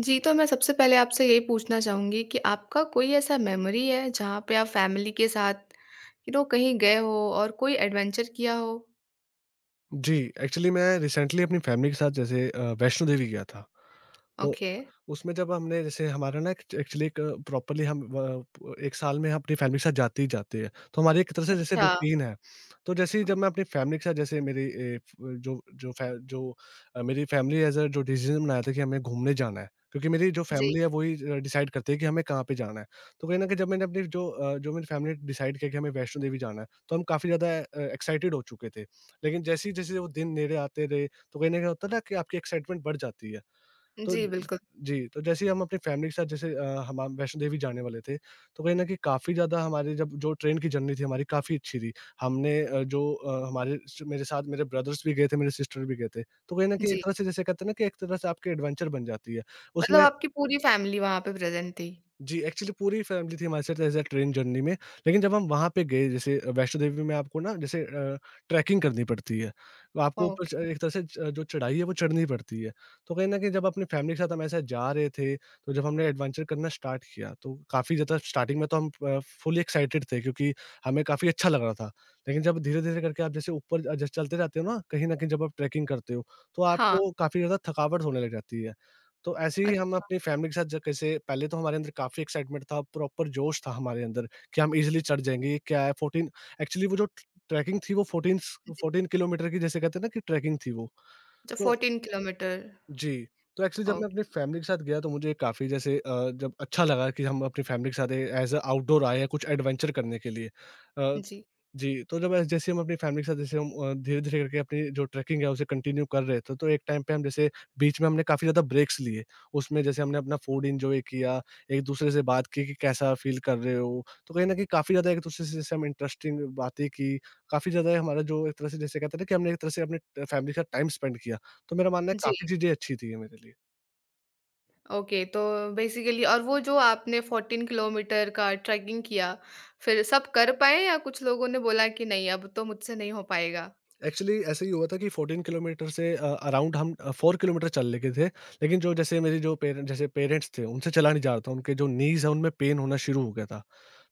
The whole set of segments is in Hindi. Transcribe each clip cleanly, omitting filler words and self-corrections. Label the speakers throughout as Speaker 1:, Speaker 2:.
Speaker 1: जी, तो मैं सबसे पहले आपसे यही पूछना चाहूँगी कि आपका कोई ऐसा मेमोरी है जहाँ पे आप फैमिली के साथ यू नो कहीं गए हो और कोई एडवेंचर किया हो?
Speaker 2: जी, एक्चुअली मैं रिसेंटली अपनी फैमिली के साथ जैसे वैष्णो देवी गया था। तो
Speaker 1: ओके,
Speaker 2: उसमें जब हमने जैसे हमारा ना एक्चुअली एक प्रॉपरली हम व 1 साल में हम अपनी फैमिली के साथ जाते ही जाते हैं। तो हमारी एक तरह से जैसे
Speaker 1: अच्छा।
Speaker 2: रूटीन है। तो जैसे ही
Speaker 1: अ,
Speaker 2: जब मैं अपनी फैमिली के साथ जैसे मेरी ए फ जो जो फै जो अ, मेरी फैमिली एज़ अ जो डिसीज़न बनाया था कि हमें घूमने जाना है, क्योंकि मेरी जो
Speaker 1: जी,
Speaker 2: फैमिली है वही डिसाइड करती है कि हमें कहाँ पे जाना है। तो कहीं न कहीं जब मैंने अपनी जो अ, जो मेरी फैमिली ने डिसाइड किया कि हमें वैष्णो देवी जाना है, तो हम काफ़ी ज़्यादा एक्साइटेड हो चुके थे। लेकिन जैसे ही जैसे वो दिन नेड़े आते रहे, तो कहीं न कहीं होता है ना कि आपकी एक्साइटमेंट बढ़ जाती है। तो
Speaker 1: जी,
Speaker 2: ज
Speaker 1: बिल्कुल,
Speaker 2: जी, तो जैसे ही हम अपनी फैमिली के साथ जैसे हम आप वैष्णो देवी जाने वाले थे, तो कहीं न कहीं काफ़ी ज़्यादा हमारी जब जो ट्रेन की जर्नी थी हमारी काफ़ी अच्छी थी। हमने अ, जो अ, हमारे स मेरे साथ मेरे ब्रदर्स भी गए थे, मेरे सिस्टर भी गए थे। तो कहीं न कहीं
Speaker 1: जी।
Speaker 2: एक तरह से जैसे कहते हैं ना कि एक तरह से आपकी एडवेंचर बन जाती है।
Speaker 1: मतलब
Speaker 2: उसमें
Speaker 1: आपकी पूरी फैमिली वहाँ पे प्रेज़ेंट थी?
Speaker 2: जी, एक्चुअली पूरी फैमिली थी हमारे साथ एज़ अ ट्रेन जर्नी में। लेकिन जब हम वहाँ पे गए जैसे वैष्णो देवी में आपको ना जैसे ट्रैकिंग करनी पड़ती है। तो आपको ऊपर च
Speaker 1: ओके,
Speaker 2: एक तरह से च जो चढ़ाई है वो चढ़नी पड़ती है। तो कहीं न कहीं जब अपनी फैमिली के साथ हम ऐसे जा रहे थे, तो जब हमने एडवेंचर करना स्टार्ट किया, तो काफ़ी ज़्यादा स्टार्टिंग में तो हम फुली एक्साइटेड थे, क्योंकि हमें काफ़ी अच्छा लग रहा था। लेकिन जब धीरे-धीरे करके आप जैसे ऊपर जैसे चलते जाते हो ना, कहीं न कहीं जब आप ट्रैकिंग करते हो, तो
Speaker 1: हाँ,
Speaker 2: आपको काफ़ी ज़्यादा थकावट होने लग जाती है। तो ऐसे ही हम
Speaker 1: अच्छा,
Speaker 2: अपनी फैमिली के साथ ज कैसे पहले तो हमारे अंदर काफ़ी एक्साइटमेंट था, प्रॉपर जोश था हमारे अंदर कि हम ईज़िली चढ़ जाएँगे, ये क्या है 14? एक्चुअली वो जो ट ट्रैकिंग थी वो 14स
Speaker 1: जी।
Speaker 2: 14 किलोमीटर की, जैसे कहते हैं ना, कि ट्रैकिंग थी वो।
Speaker 1: अच्छा,
Speaker 2: तो
Speaker 1: 14 किलोमीटर।
Speaker 2: जी, तो एक्चुअली जब मैं
Speaker 1: ओके,
Speaker 2: अपनी फैमिली के साथ गया, तो मुझे काफ़ी जैसे जब अच्छा लगा कि हम अपनी फैमिली के साथ एज़ अ आउटडोर आए हैं कुछ एडवेंचर करने के लिए। अ
Speaker 1: जी,
Speaker 2: जी, तो जब जैसे हम अपनी फैमिली के साथ जैसे हम धीरे-धीरे करके अपनी जो ट्रैकिंग है उसे कंटिन्यू कर रहे थे, तो एक टाइम पे हम जैसे बीच में हमने काफ़ी ज़्यादा ब्रेक्स लिए। उसमें जैसे हमने अपना फूड एन्जॉय किया, एक-दूसरे से बात की कि कैसा फ़ील कर रहे हो? तो कहीं न कहीं काफ़ी ज़्यादा एक-दूसरे से जैसे हम इंटरेस्टिंग बातें की, काफ़ी ज़्यादा हमारा जो एक तरह से जैसे कहते हैं ना कि हमने एक तरह से अपने फैमिली के साथ टाइम स्पेंड किया। तो मेरा मानना है,
Speaker 1: जी।
Speaker 2: काफ़ी चीज़ें अच्छी थी ये मेरे लिए।
Speaker 1: ओके, तो बेसिकली और वो जो आपने 14 किलोमीटर का ट्रैकिंग किया, फिर सब कर पाए या कुछ लोगों ने बोला कि नहीं अब तो मुझसे नहीं हो पाएगा?
Speaker 2: एक्चुअली ऐसे ही हुआ था कि 14 किलोमीटर से अराउंड हम 4 किलोमीटर चल लेके थे, लेकिन जो जैसे मेरे जो पेरेंट जैसे पेरेंट्स थे, उनसे चला नहीं जा रहा था, उनके जो नीज है उनमें पेन होना शुरू हो गया था।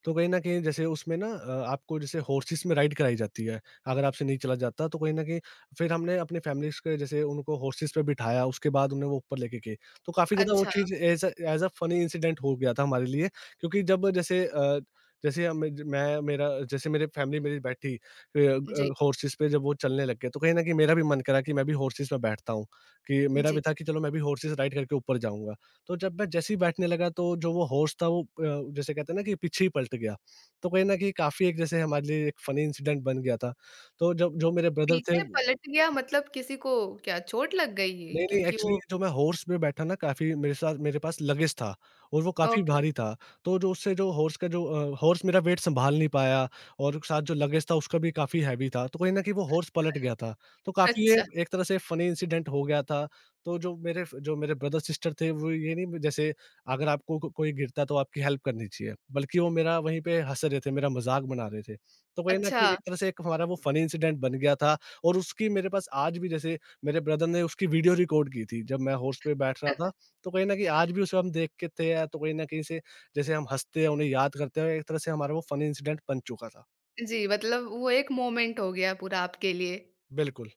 Speaker 2: तो कहीं ना कहीं जैसे उसमें ना आपको जैसे हॉर्सेस में राइड कराई जाती है, अगर आपसे नहीं चला जाता, तो कहीं ना कहीं फिर हमने अपने फैमिली के जैसे उनको हॉर्सेस पे बिठाया, उसके बाद उन्हें वो ऊपर लेके गए। तो काफ़ी ज़्यादा वो
Speaker 1: अच्छा,
Speaker 2: चीज़ as as a funny incident हो गया था हमारे लिए, क्योंकि जब जैसे जैसे मैं मेरा जैसे मेरे फैमिली मेरी बैठी
Speaker 1: जी,
Speaker 2: हॉर्सेस पे जब वो चलने लग गए, तो कहीं न कहीं मेरा भी मन करा कि मैं भी हॉर्सेस में बैठता हूँ, कि मेरा भी
Speaker 1: जी।
Speaker 2: था कि चलो मैं भी हॉर्सेस राइड करके ऊपर जाऊँगा। तो जब मैं जैसे ही बैठने लगा, तो जो वो हॉर्स था वो जैसे कहते हैं ना कि पीछे ही पलट गया। तो कहीं न कहीं काफ़ी एक जैसे हमारे लिए एक फ़नी इंसिडेंट बन गया था। तो जब जो मेरे ब्रदर थे।
Speaker 1: पीछे पलट गया मतलब किसी को क्या चोट लग गई? है?
Speaker 2: नहीं, नहीं,
Speaker 1: क्योंकि
Speaker 2: एक्चुअली
Speaker 1: वो
Speaker 2: जो मैं हॉर्स पे बैठा ना, काफ़ी मेरे साथ मेरे पास लगेज था और वो काफ़ी
Speaker 1: ओके,
Speaker 2: भारी था। तो जो उससे जो हॉर्स का जो अ, हॉर्स मेरा वेट सँभाल नहीं पाया, और साथ जो लगेज था उसका भी काफ़ी हैवी था। तो कहीं न कहीं वो हॉर्स पलट गया था। तो काफ़ी ये
Speaker 1: अच्छा,
Speaker 2: एक तरह से फ़नी इंसिडेंट हो गया था। तो जो मेरे ब्रदर सिस्टर थे, वो ये नहीं जैसे, अगर आपको को कोई गिरता है तो आपकी हेल्प करनी चाहिए, बल्कि वो मेरा वहीं पे हँस रहे थे, मेरा मज़ाक बना रहे थे। तो कहीं न कहीं
Speaker 1: अच्छा।
Speaker 2: एक तरह से एक हमारा वो फ़नी इंसिडेंट बन गया था। और उसकी मेरे पास आज भी जैसे मेरे ब्रदर ने उसकी वीडियो रिकॉर्ड की थी जब मैं हॉर्स पे बैठ रहा था। तो कहीं न कहीं आज भी उसे हम देखते थे, या तो कहीं न कहीं से जैसे हम हँसते हैं, उन्हें याद करते हैं, एक तरह से हमारा वो फ़नी इंसिडेंट बन चुका था।
Speaker 1: जी, मतलब वो एक मोमेंट हो गया पूरा आपके लिए।
Speaker 2: बिल्कुल।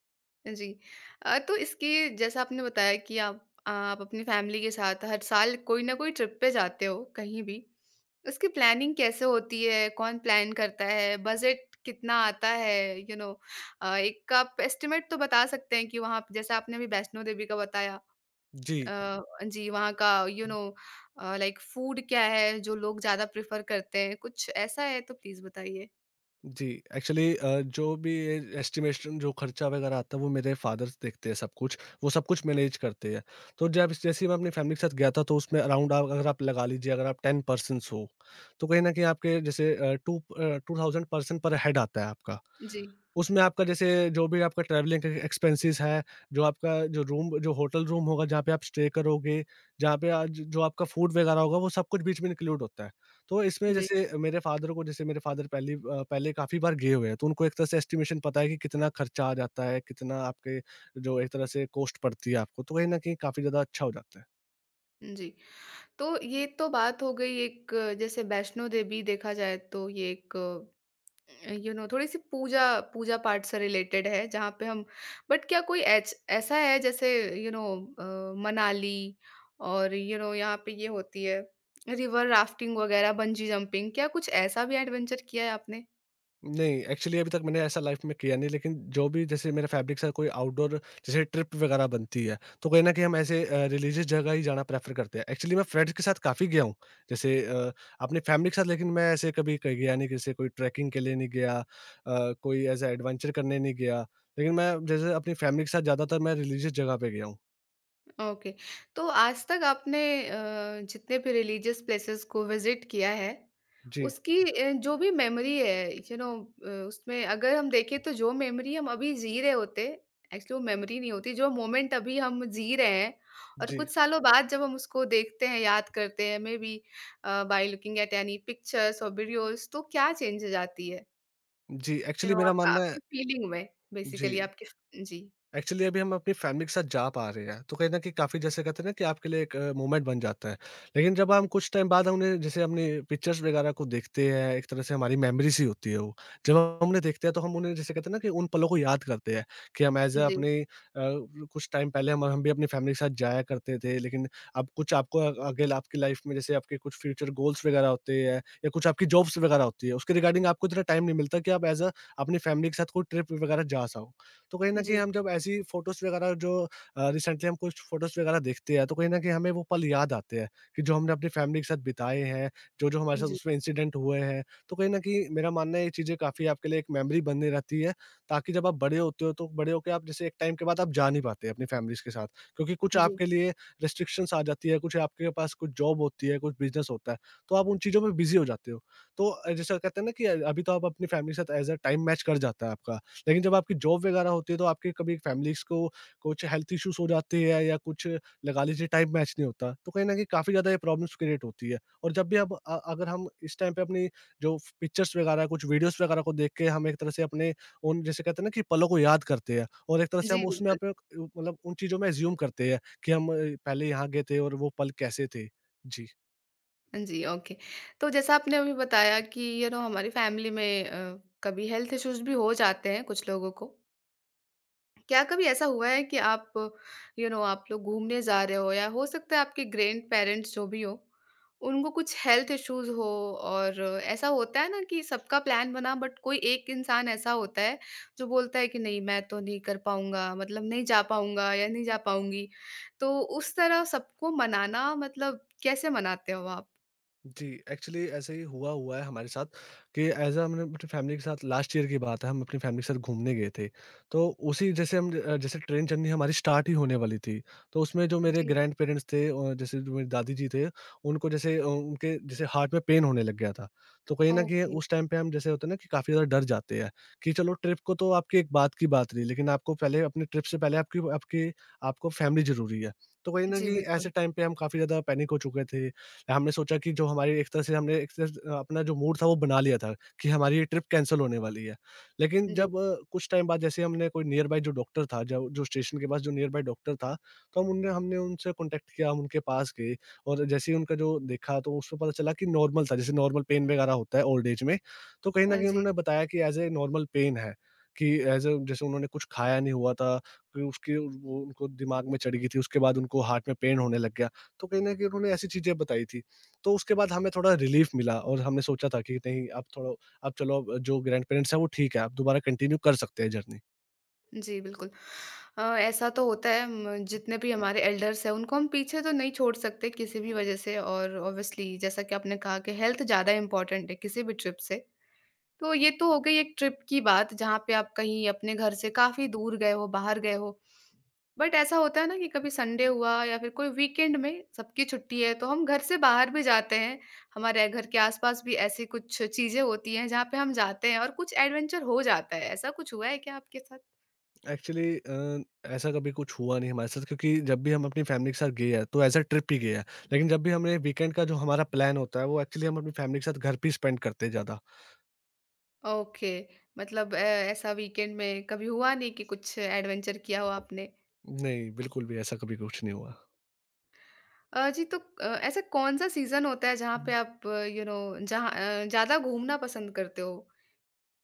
Speaker 1: जी। तो इसकी जैसा आपने बताया कि आप अपनी फैमिली के साथ हर साल कोई ना कोई ट्रिप पे जाते हो, कहीं भी। उसकी प्लानिंग कैसे होती है? कौन प्लान करता है? बजट कितना आता है? यू you नो know, एक आप एस्टिमेट तो बता सकते हैं कि वहाँ जैसे आपने अभी वैष्णो देवी का बताया।
Speaker 2: जी,
Speaker 1: अ, जी, वहाँ का यू नो लाइक फूड क्या है जो लोग ज़्यादा प्रेफ़र करते हैं? कुछ ऐसा है तो प्लीज़ बताइए?
Speaker 2: जी। एक्चुअली जो भी ये एस्टिमेशन जो खर्चा वगैरह आता है, वो मेरे फादर देखते हैं सब कुछ, वो सब कुछ मैनेज करते हैं। तो जब जैसे ही मैं अपनी फैमिली के साथ गया था, तो उसमें अराउंड आप अगर आप लगा लीजिए, अगर आप 10 पर्सन्स हो, तो कहीं न कहीं आपके जैसे 2 2000 पर्सन पर हेड आता है आपका।
Speaker 1: जी,
Speaker 2: उसमें आपका जैसे जो भी आपका ट्रैवलिंग का एक्सपेंसेस है, जो आपका जो होटल रूम होगा जहाँ पे आप स्टे करोगे, जहाँ पे आज जो आपका फूड वगैरह होगा, वो सब कुछ बीच में इंक्लूड होता है। तो इसमें
Speaker 1: जी,
Speaker 2: जैसे मेरे फ़ादर पहले काफ़ी बार गए हुए हैं, तो उनको एक तरह से एस्टिमेशन पता है कि कितना खर्चा आ जाता है, कितना आपके जो एक तरह से कॉस्ट पड़ती है आपको, तो कहीं न कहीं काफ़ी ज़्यादा अच्छा हो जाता है।
Speaker 1: जी। तो ये तो बात हो गई एक जैसे वैष्णो देवी देखा जाए तो ये एक यू नो थोड़ी-सी पूजा पूजा पाठ से रिलेटेड है जहाँ पे हम बट क्या कोई ऐच ऐसा है जैसे यू नो अ, मनाली और यू नो यहाँ पे ये होती है रिवर राफ्टिंग वग़ैरह, बंजी जंपिंग क्या कुछ ऐसा भी एडवेंचर किया है आपने?
Speaker 2: नहीं, एक्चुअली अभी तक मैंने ऐसा लाइफ़ में किया नहीं, लेकिन जो भी जैसे मेरा फैमिली के साथ कोई आउटडोर जैसे ट्रिप वगैरह बनती है, तो कहीं न कहीं हम ऐसे रिलीजियस जगह ही जाना प्रेफ़र करते हैं। एक्चुअली मैं फ्रेंड्स के साथ काफ़ी गया हूँ, जैसे अपनी फैमिली के साथ, लेकिन मैं ऐसे कभी कहीं गया नहीं, जैसे कोई ट्रैकिंग के लिए नहीं गया, कोई ऐसा एडवेंचर करने नहीं गया, लेकिन मैं जैसे अपनी फैमिली के साथ ज़्यादातर मैं रिलीजियस जगह पे गया हूँ।
Speaker 1: ओके। तो आज तक आपने जितने भी रिलिजियस प्लेसेस को विज़िट किया है,
Speaker 2: जी,
Speaker 1: उसकी जो भी मेमोरी है, यू नो उसमें अगर हम देखें तो जो मेमोरी हम अभी जी रहे होते, एक्चुअली वो मेमोरी नहीं होती, जो मोमेंट अभी हम जी रहे हैं और
Speaker 2: जी,
Speaker 1: कुछ सालों बाद जब हम उसको देखते हैं, याद करते हैं, may be by looking at any pictures और वीडियोज़, तो क्या चेंजेज़ आती है?
Speaker 2: जी,
Speaker 1: यू
Speaker 2: एक्चुअली
Speaker 1: नो
Speaker 2: मेरा
Speaker 1: आप
Speaker 2: मानना है।
Speaker 1: आपकी फीलिंग में
Speaker 2: जी।
Speaker 1: बेसिकली आपकी जी,
Speaker 2: एक्चुअली अभी हम अपनी फैमिली के साथ जा पा रहे हैं, तो कहीं न कहीं काफ़ी जैसे कहते हैं ना कि आपके लिए एक मोमेंट बन जाता है। लेकिन जब हम कुछ टाइम बाद हमने पिक्चर्स वगैरह को देखते हैं, एक तरह से हमारी मेमोरीज़ ही होती है वो। जब हम उन्हें देखते हैं, तो हम उन्हें जैसे कहते हैं ना कि उन पलों को याद करते हैं, कि हम एज़ अ
Speaker 1: जी,
Speaker 2: अपने कुछ टाइम पहले हम भी अपनी फैमिली के साथ जाया करते थे, लेकिन अब कुछ आपको आगे आपकी लाइफ़ में जैसे आपके कुछ फ्यूचर गोल्स वगैरह होते हैं, या कुछ आपकी जॉब्स वगैरह होती है, उसके रिगार्डिंग आपको इतना टाइम नहीं मिलता कि आप एज़ अ अपनी फैमिली के साथ कोई ट्रिप वगैरह जा सको। तो कहीं न कहीं
Speaker 1: जी,
Speaker 2: हम जब ऐसी फ़ोटोज़ वगैरह जो रिसेंटली हम कुछ फ़ोटोज़ वगैरह देखते हैं, तो कहीं न कहीं हमें वो पल याद आते हैं कि जो हमने अपनी फ़ैमिली के साथ बिताए हैं, जो-जो हमारे साथ
Speaker 1: जी,
Speaker 2: उसमें इंसिडेंट हुए हैं। तो कहीं न कहीं मेरा मानना है ये चीज़ें काफ़ी आपके लिए एक मेमोरी बनी रहती है, ताकि जब आप बड़े होते हो, तो बड़े होके आप जैसे एक टाइम के बाद आप जा नहीं पाते अपनी फ़ैमिलीज़ के साथ, क्योंकि कुछ
Speaker 1: जी,
Speaker 2: आपके लिए रिस्ट्रिक्शंस आ जाती है, कुछ आपके पास कुछ जॉब होती है, कुछ बिज़नेस होता है, तो आप उन चीज़ों में बिज़ी हो जाते हो। तो जैसे कहते हैं ना कि अभी तो आप अपनी फ़ैमिली के साथ एज़ अ टाइम मैच कर जाता है आपका, लेकिन जब आपकी जॉब वगैरह होती है, तो आपके कभी फैमिलीज़ को कुछ हेल्थ इश्यूज़ हो जाते हैं, या कुछ लगा लीजिए टाइम मैच नहीं होता, तो कहीं न कहीं काफ़ी ज़्यादा ये प्रॉब्लम्स क्रिएट होती है। और जब भी अब अगर हम इस टाइम पे अपनी जो पिक्चर्स वगैरह कुछ वीडियोज़ वगैरह को देख के, हम एक तरह से अपने उन जैसे कहते हैं ना कि पलों को याद करते हैं, और एक तरह से हम
Speaker 1: जी,
Speaker 2: उसमें
Speaker 1: बिल्कुल।
Speaker 2: अपने मतलब उन चीज़ों में अज़्यूम करते हैं कि हम पहले यहाँ गए थे और वो पल कैसे थे। जी।
Speaker 1: जी, ओके। तो जैसा आपने अभी बताया कि यू नो हमारी फैमिली में कभी हेल्थ इश्यूज़ भी हो जाते हैं कुछ लोगों को। क्या कभी ऐसा हुआ है कि आप यू नो आप लोग घूमने जा रहे हो या हो सकता है आपके ग्रैंडपेरेंट्स जो भी हों, उनको कुछ हेल्थ इश्यूज़ हो और ऐसा होता है ना कि सबका प्लान बना बट कोई एक इंसान ऐसा होता है जो बोलता है कि नहीं मैं तो नहीं कर पाऊँगा, मतलब नहीं जा पाऊँगा या नहीं जा पाऊँगी। तो उस तरह सबको मनाना मतलब कैसे मनाते हो आप?
Speaker 2: जी, एक्चुअली ऐसे ही हुआ हुआ है हमारे साथ कि हमने अपनी फैमिली के साथ लास्ट ईयर की बात है, हम अपनी फैमिली के साथ घूमने गए थे। तो उसी जैसे हम जैसे ट्रेन जर्नी हमारी स्टार्ट ही होने वाली थी। तो उसमें जो मेरे ग्रैंड पेरेंट्स थे, जैसे जो मेरी दादी जी थे, उनको जैसे उनके जैसे हार्ट में पेन होने लग गया था। तो कहीं न कहीं
Speaker 1: ओके,
Speaker 2: उस टाइम पे हम जैसे होता है ना कि काफ़ी ज़्यादा डर जाते हैं कि चलो ट्रिप को तो आपकी एक बात की बात रही, लेकिन आपको पहले अपनी ट्रिप से पहले आपकी आपकी आपको फैमिली ज़रूरी है। तो कहीं न
Speaker 1: जी
Speaker 2: कहीं
Speaker 1: बिल्कुल,
Speaker 2: ऐसे टाइम पे हम काफ़ी ज़्यादा पैनिक हो चुके थे। हमने सोचा कि जो हमारी एक तरह से हमने एक तरह से अपना जो मूड था वो बना लिया था कि हमारी ये ट्रिप कैंसल होने वाली है। लेकिन
Speaker 1: जी।
Speaker 2: जब कुछ टाइम बाद जैसे हमने कोई नियर बाय जो डॉक्टर था जो जो स्टेशन के पास जो नियर बाय डॉक्टर था, तो हम उनने हमने उनसे कॉन्टैक्ट किया, हम उनके पास गए और जैसे ही उनका जो देखा तो उसमें पता चला कि नॉर्मल था, जैसे नॉर्मल पेन वगैरह होता है ओल्ड एज में। तो कहीं न कहीं
Speaker 1: जी,
Speaker 2: उन्होंने बताया कि एज़ ए नॉर्मल पेन है कि एज़ अ जैसे उन्होंने कुछ खाया नहीं हुआ था, फिर उसके वो उनको दिमाग में चढ़ गई थी, उसके बाद उनको हार्ट में पेन होने लग गया। तो कहीं न कहीं उन्होंने ऐसी चीज़ें बताई थी। तो उसके बाद हमें थोड़ा रिलीफ़ मिला और हमने सोचा था कि नहीं अब थोड़ा अब चलो अब जो ग्रैंड-पेरेंट्स हैं वो ठीक है, अब दोबारा कंटिन्यू कर सकते हैं जर्नी।
Speaker 1: जी बिल्कुल। ऐसा तो होता है म जितने भी हमारे एल्डर्स हैं उनको हम पीछे तो नहीं छोड़ सकते किसी भी वजह से और ऑब्वियसली जैसा कि आपने कहा कि हेल्थ ज़्यादा इम्पोर्टेंट है किसी भी ट्रिप से। तो ये तो हो गई एक ट्रिप की बात जहाँ पे आप कहीं अपने घर से काफ़ी दूर गए हो, बाहर गए हो। बट ऐसा होता है ना कि कभी संडे हुआ या फिर कोई वीकेंड में सबकी छुट्टी है तो हम घर से बाहर भी जाते हैं हमारे घर के आसपास भी ऐसी कुछ चीजें होती हैं जहाँ पे हम जाते हैं और कुछ एडवेंचर हो जाता है ऐसा कुछ हुआ है क्या आपके साथ
Speaker 2: एक्चुअली अ, ऐसा कभी कुछ हुआ नहीं हमारे साथ क्योंकि जब भी हम अपनी फैमिली के साथ गए हैं तो एज़ अ ट्रिप ही गए हैं। लेकिन जब भी हमने वीकेंड का जो हमारा प्लान होता है वो एक्चुअली हम अपनी फैमिली के साथ घर पे ही स्पेंड करते हैं ज़्यादा।
Speaker 1: ओके मतलब ऐसा वीकेंड में कभी हुआ नहीं कि कुछ एडवेंचर किया हो आपने
Speaker 2: नहीं, बिल्कुल भी ऐसा कभी कुछ नहीं हुआ।
Speaker 1: जी तो ऐसा कौन सा सीजन होता है जहाँ पे आप यू नो जहाँ ज्यादा घूमना पसंद करते हो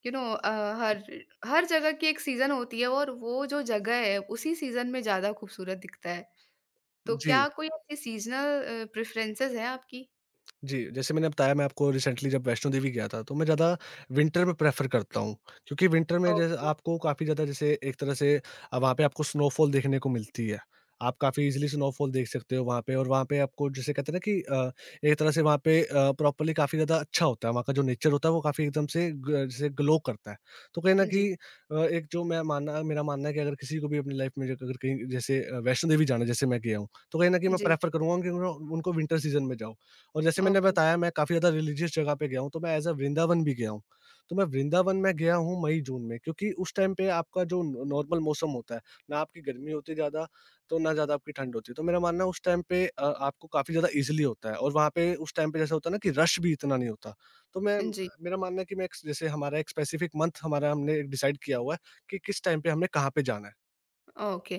Speaker 1: यू नो हर हर जगह की एक सीज़न होती है और वो जो जगह है उसी सीज़न में ज़्यादा खूबसूरत दिखता है। तो
Speaker 2: जी।
Speaker 1: क्या कोई ऐसी सीज़नल प्रेफ़रेंसेस हैं आपकी?
Speaker 2: जी, जैसे मैंने बताया मैं आपको रिसेंटली जब वैष्णो देवी गया था, तो मैं ज़्यादा विंटर में प्रेफ़र करता हूँ, क्योंकि विंटर में जैसे
Speaker 1: ओके।
Speaker 2: आपको काफ़ी ज़्यादा जैसे एक तरह से वहाँ पे आपको स्नोफॉल देखने को मिलती है। आप काफ़ी ईज़िली स्नोफॉल देख सकते हो वहाँ पे और वहाँ पे आपको जिसे कहते हैं ना कि एक तरह से वहाँ पे प्रॉपर्ली काफ़ी ज़्यादा अच्छा होता है, वहाँ का जो नेचर होता है वो काफ़ी एकदम से ग जैसे ग्लो करता है। तो कहीं न
Speaker 1: जी,
Speaker 2: कहीं एक जो मैं मानना मेरा मानना है कि अगर किसी को भी अपनी लाइफ़ में अगर कहीं जैसे वैष्णो देवी जाना है जैसे मैं गया हूँ, तो कहीं न कहीं मैं
Speaker 1: जी।
Speaker 2: प्रेफ़र करूँगा कि उन्हों उनको विंटर सीज़न में जाओ। और जैसे मैंने
Speaker 1: ओके।
Speaker 2: बताया मैं काफ़ी ज़्यादा रिलीजियस जगह पे गया हूँ, तो मैं एज़ अ वृंदावन भी गया हूँ। तो मैं वृंदावन में गया हूँ मई-जून में क्योंकि उस टाइम पे आपका जो न नॉर्मल मौसम होता है, ना आपकी गर्मी होती है ज़्यादा, तो ना ज़्यादा आपकी ठंड होती है। तो मेरा मानना है उस टाइम पे आपको काफ़ी ज़्यादा ईज़िली होता है और वहाँ पे उस टाइम पे जैसा होता है ना कि रश भी इतना नहीं होता। तो मैं
Speaker 1: जी,
Speaker 2: मेरा मानना है कि मैं एक जैसे हमारा एक स्पेसिफ़िक मंथ हमारा हमने डिसाइड किया हुआ है कि किस टाइम पे हमने कहाँ पे जाना है।
Speaker 1: ओके।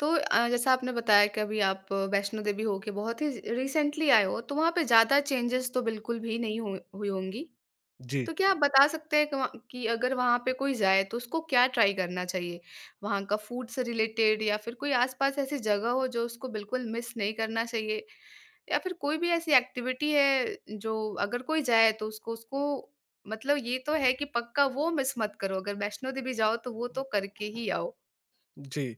Speaker 1: तो जैसा आपने बताया कि अभी आप वैष्णो देवी होके बहुत ही रिसेंटली आए हो, तो वहाँ पे ज़्यादा चेंजेस तो बिल्कुल भी नहीं हुए हुई होंगी?
Speaker 2: जी।
Speaker 1: तो क्या आप बता सकते हैं कि वहाँ कि अगर वहाँ पे कोई जाए तो उसको क्या ट्राई करना चाहिए? वहाँ का फूड से रिलेटेड या फिर कोई आस-पास ऐसी जगह हो जो उसको बिल्कुल मिस नहीं करना चाहिए? या फिर कोई भी ऐसी एक्टिविटी है जो अगर कोई जाए तो उसको उसको मतलब ये तो है कि पक्का वो मिस मत करो, अगर वैष्णो देवी जाओ तो वो तो करके ही आओ?
Speaker 2: जी।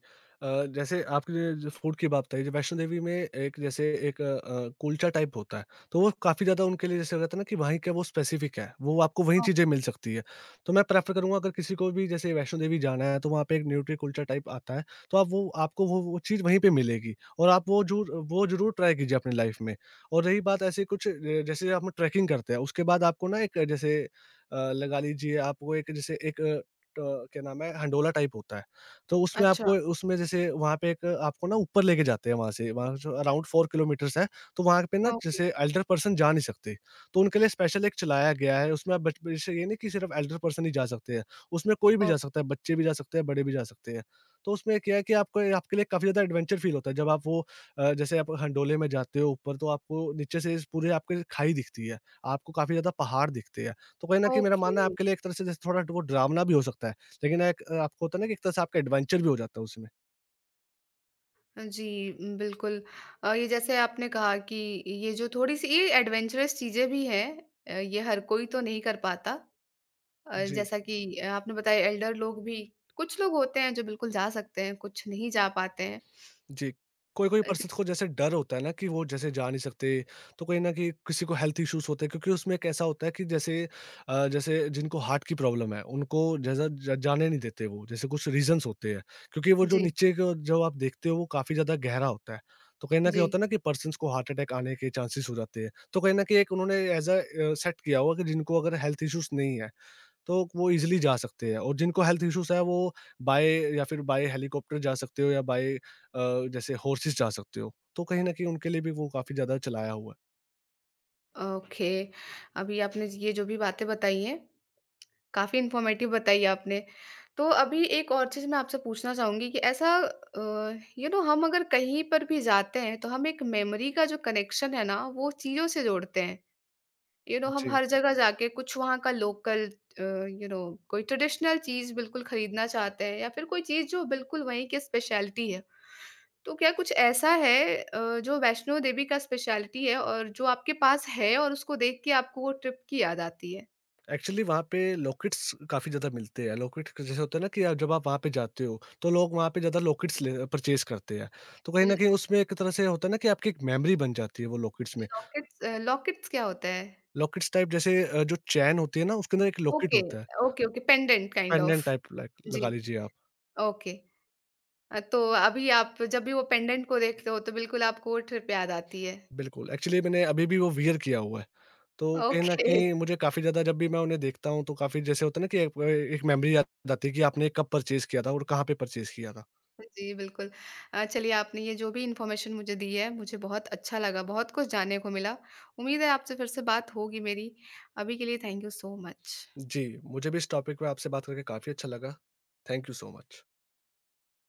Speaker 2: जैसे आपने जो फूड की बात बताई, जो वैष्णो देवी में एक जैसे एक कुलचा टाइप होता है, तो वो काफ़ी ज़्यादा उनके लिए जैसे रहता है ना कि वहीं का वो स्पेसिफ़िक है, वो आपको वहीं
Speaker 1: ओह!
Speaker 2: चीज़ें मिल सकती है। तो मैं प्रेफ़र करूँगा अगर किसी को भी जैसे वैष्णो देवी जाना है, तो वहाँ पे एक न्यूट्री कुलचा टाइप आता है, तो आप वो आपको वो चीज़ वहीं पे मिलेगी और आप वो ज़रूर ट्राई कीजिए अपनी लाइफ़ में। और रही बात ऐसे कुछ जैसे आप ट्रैकिंग करते हैं, उसके बाद आपको ना एक अ, जैसे अ, लगा लीजिए आपको एक जैसे एक अ, ट क्या नाम है, हंडोला टाइप होता है। तो
Speaker 1: अच्छा,
Speaker 2: उसमें जैसे वहाँ पे एक आपको ना ऊपर लेके जाते हैं वहाँ से, वहाँ जो अराउंड 4 किलोमीटर्स है, तो वहाँ पे ना
Speaker 1: ओके,
Speaker 2: जैसे एल्डर पर्सन जा नहीं सकते। तो उनके लिए स्पेशल एक चलाया गया है, उसमें आप बच जैसे ये नहीं कि सिर्फ एल्डर पर्सन ही जा सकते हैं, उसमें कोई भी जा
Speaker 1: ओके,
Speaker 2: सकता है, बच्चे भी जा सकते हैं, बड़े भी जा सकते हैं। तो उसमें क्या है कि आपको आपके लिए काफ़ी ज़्यादा एडवेंचर फील होता है, जब आप जैसे आप हंडोले में जाते हो ऊपर, तो आपको नीचे से इस पूरे आपके खाई दिखती है, आपको काफ़ी ज़्यादा पहाड़ दिखते हैं। तो कहीं न कहीं मेरा
Speaker 1: ओके।
Speaker 2: मानना है आपके लिए एक तरह से जैसे थोड़ा वो डरावना भी हो सकता है। लेकिन आपको होता है ना कि एक तरह से आपका एडवेंचर भी हो जाता है उसमें।
Speaker 1: जी, बिल्कुल। ये जैसे आपने कहा कि ये जो थोड़ी-सी ये एडवेंचरस चीज़ें भी हैं ये हर कोई तो नहीं कर पाता।
Speaker 2: जी।
Speaker 1: जैसा कि आपने बताया एल्डर लोग भी कुछ लोग होते हैं जो बिल्कुल जा सकते हैं, कुछ नहीं जा पाते हैं।
Speaker 2: जी। कोई-कोई
Speaker 1: अ, ज
Speaker 2: पर्सन को जैसे डर होता है ना कि वो जैसे जा नहीं सकते, तो कहीं न कहीं किसी को हेल्थ इश्यूज़ होते हैं क्योंकि उसमें एक ऐसा होता है कि जैसे जिनको हार्ट की प्रॉब्लम है, उनको जैसा ज जाने नहीं देते वो, जैसे कुछ रीज़न्स होते हैं। क्योंकि वो जो
Speaker 1: जी,
Speaker 2: नीचे को जो आप देखते हो वो काफ़ी ज़्यादा गहरा होता है। तो कहीं न कहीं
Speaker 1: जी।
Speaker 2: होता है ना कि पर्सन्स को हार्ट अटैक आने के चांसेस हो जाते हैं। तो कहीं न कहीं एक उन्होंने एज़ अ सेट किया हुआ कि जिनको अगर हेल्थ इश्यूज़ नहीं है तो वो ईज़िली जा सकते हैं और जिनको हेल्थ इश्यूज़ है वो बाय या फिर बाय हेलीकॉप्टर जा सकते हो या बाय जैसे हॉर्सेस जा सकते हो। तो कहीं न कहीं उनके लिए भी वो काफ़ी ज़्यादा चलाया हुआ है।
Speaker 1: ओके, अभी आपने ये जो भी बातें बताई हैं काफ़ी इन्फॉर्मेटिव बताई आपने। तो अभी एक और चीज़ मैं आपसे पूछना चाहूँगी कि ऐसा यू नो हम अगर कहीं पर भी जाते हैं तो हम एक मेमोरी का जो कनेक्शन है ना वो चीज़ों से जोड़ते हैं। यू नो हम
Speaker 2: जी।
Speaker 1: हर जगह जाके कुछ वहाँ का लोकल यू नो कोई ट्रेडिशनल चीज़ बिल्कुल खरीदना चाहते हैं या फिर कोई चीज़ जो बिल्कुल वहीं की स्पेशलिटी है। तो क्या कुछ ऐसा है जो वैष्णो देवी का स्पेशलिटी है और जो आपके पास है और उसको देख के आपको वो ट्रिप की याद आती है?
Speaker 2: एक्चुअली वहाँ पे लॉकेट्स काफ़ी ज़्यादा मिलते हैं। लॉकेट जैसे होता है ना कि आप जब आप वहाँ पे जाते हो तो लोग वहाँ पे ज़्यादा लॉकेट्स ले परचेज़ करते हैं। तो
Speaker 1: ल
Speaker 2: कहीं न कहीं उसमें एक तरह से होता है ना कि आपकी एक मेमोरी बन जाती है वो लॉकेट्स में।
Speaker 1: लॉकेट्स लॉकेट्स क्या होता है?
Speaker 2: लॉकेट्स टाइप जैसे जो चैन होती है ना उसके अंदर एक लॉकेट
Speaker 1: ओके,
Speaker 2: होता है।
Speaker 1: Okay, okay pendant kind of.
Speaker 2: Pendant type like
Speaker 1: जी,
Speaker 2: लगा लीजिए आप।
Speaker 1: ओके। तो अभी आप जब भी वो पेंडेंट को देखते हो तो बिल्कुल आपको वो ट्रिप याद आती है।
Speaker 2: बिल्कुल, एक्चुअली मैंने अभी भी वो वियर किया हुआ है। तो कहीं न
Speaker 1: ओके,
Speaker 2: कहीं मुझे काफ़ी ज़्यादा जब भी मैं उन्हें देखता हूँ तो काफ़ी जैसे होता है ना कि एक एक मेमोरी याद आती है कि आपने कब परचेज़ किया था और कहाँ पे परचेज़ किया था।
Speaker 1: जी बिल्कुल। चलिए आपने ये जो भी इन्फॉर्मेशन मुझे दी है, मुझे बहुत अच्छा लगा, बहुत कुछ जानने को मिला। उम्मीद है आपसे फिर से बात होगी मेरी। अभी के लिए थैंक यू सो मच।
Speaker 2: जी, मुझे भी इस टॉपिक पे आपसे बात करके काफ़ी अच्छा लगा। Thank you so much.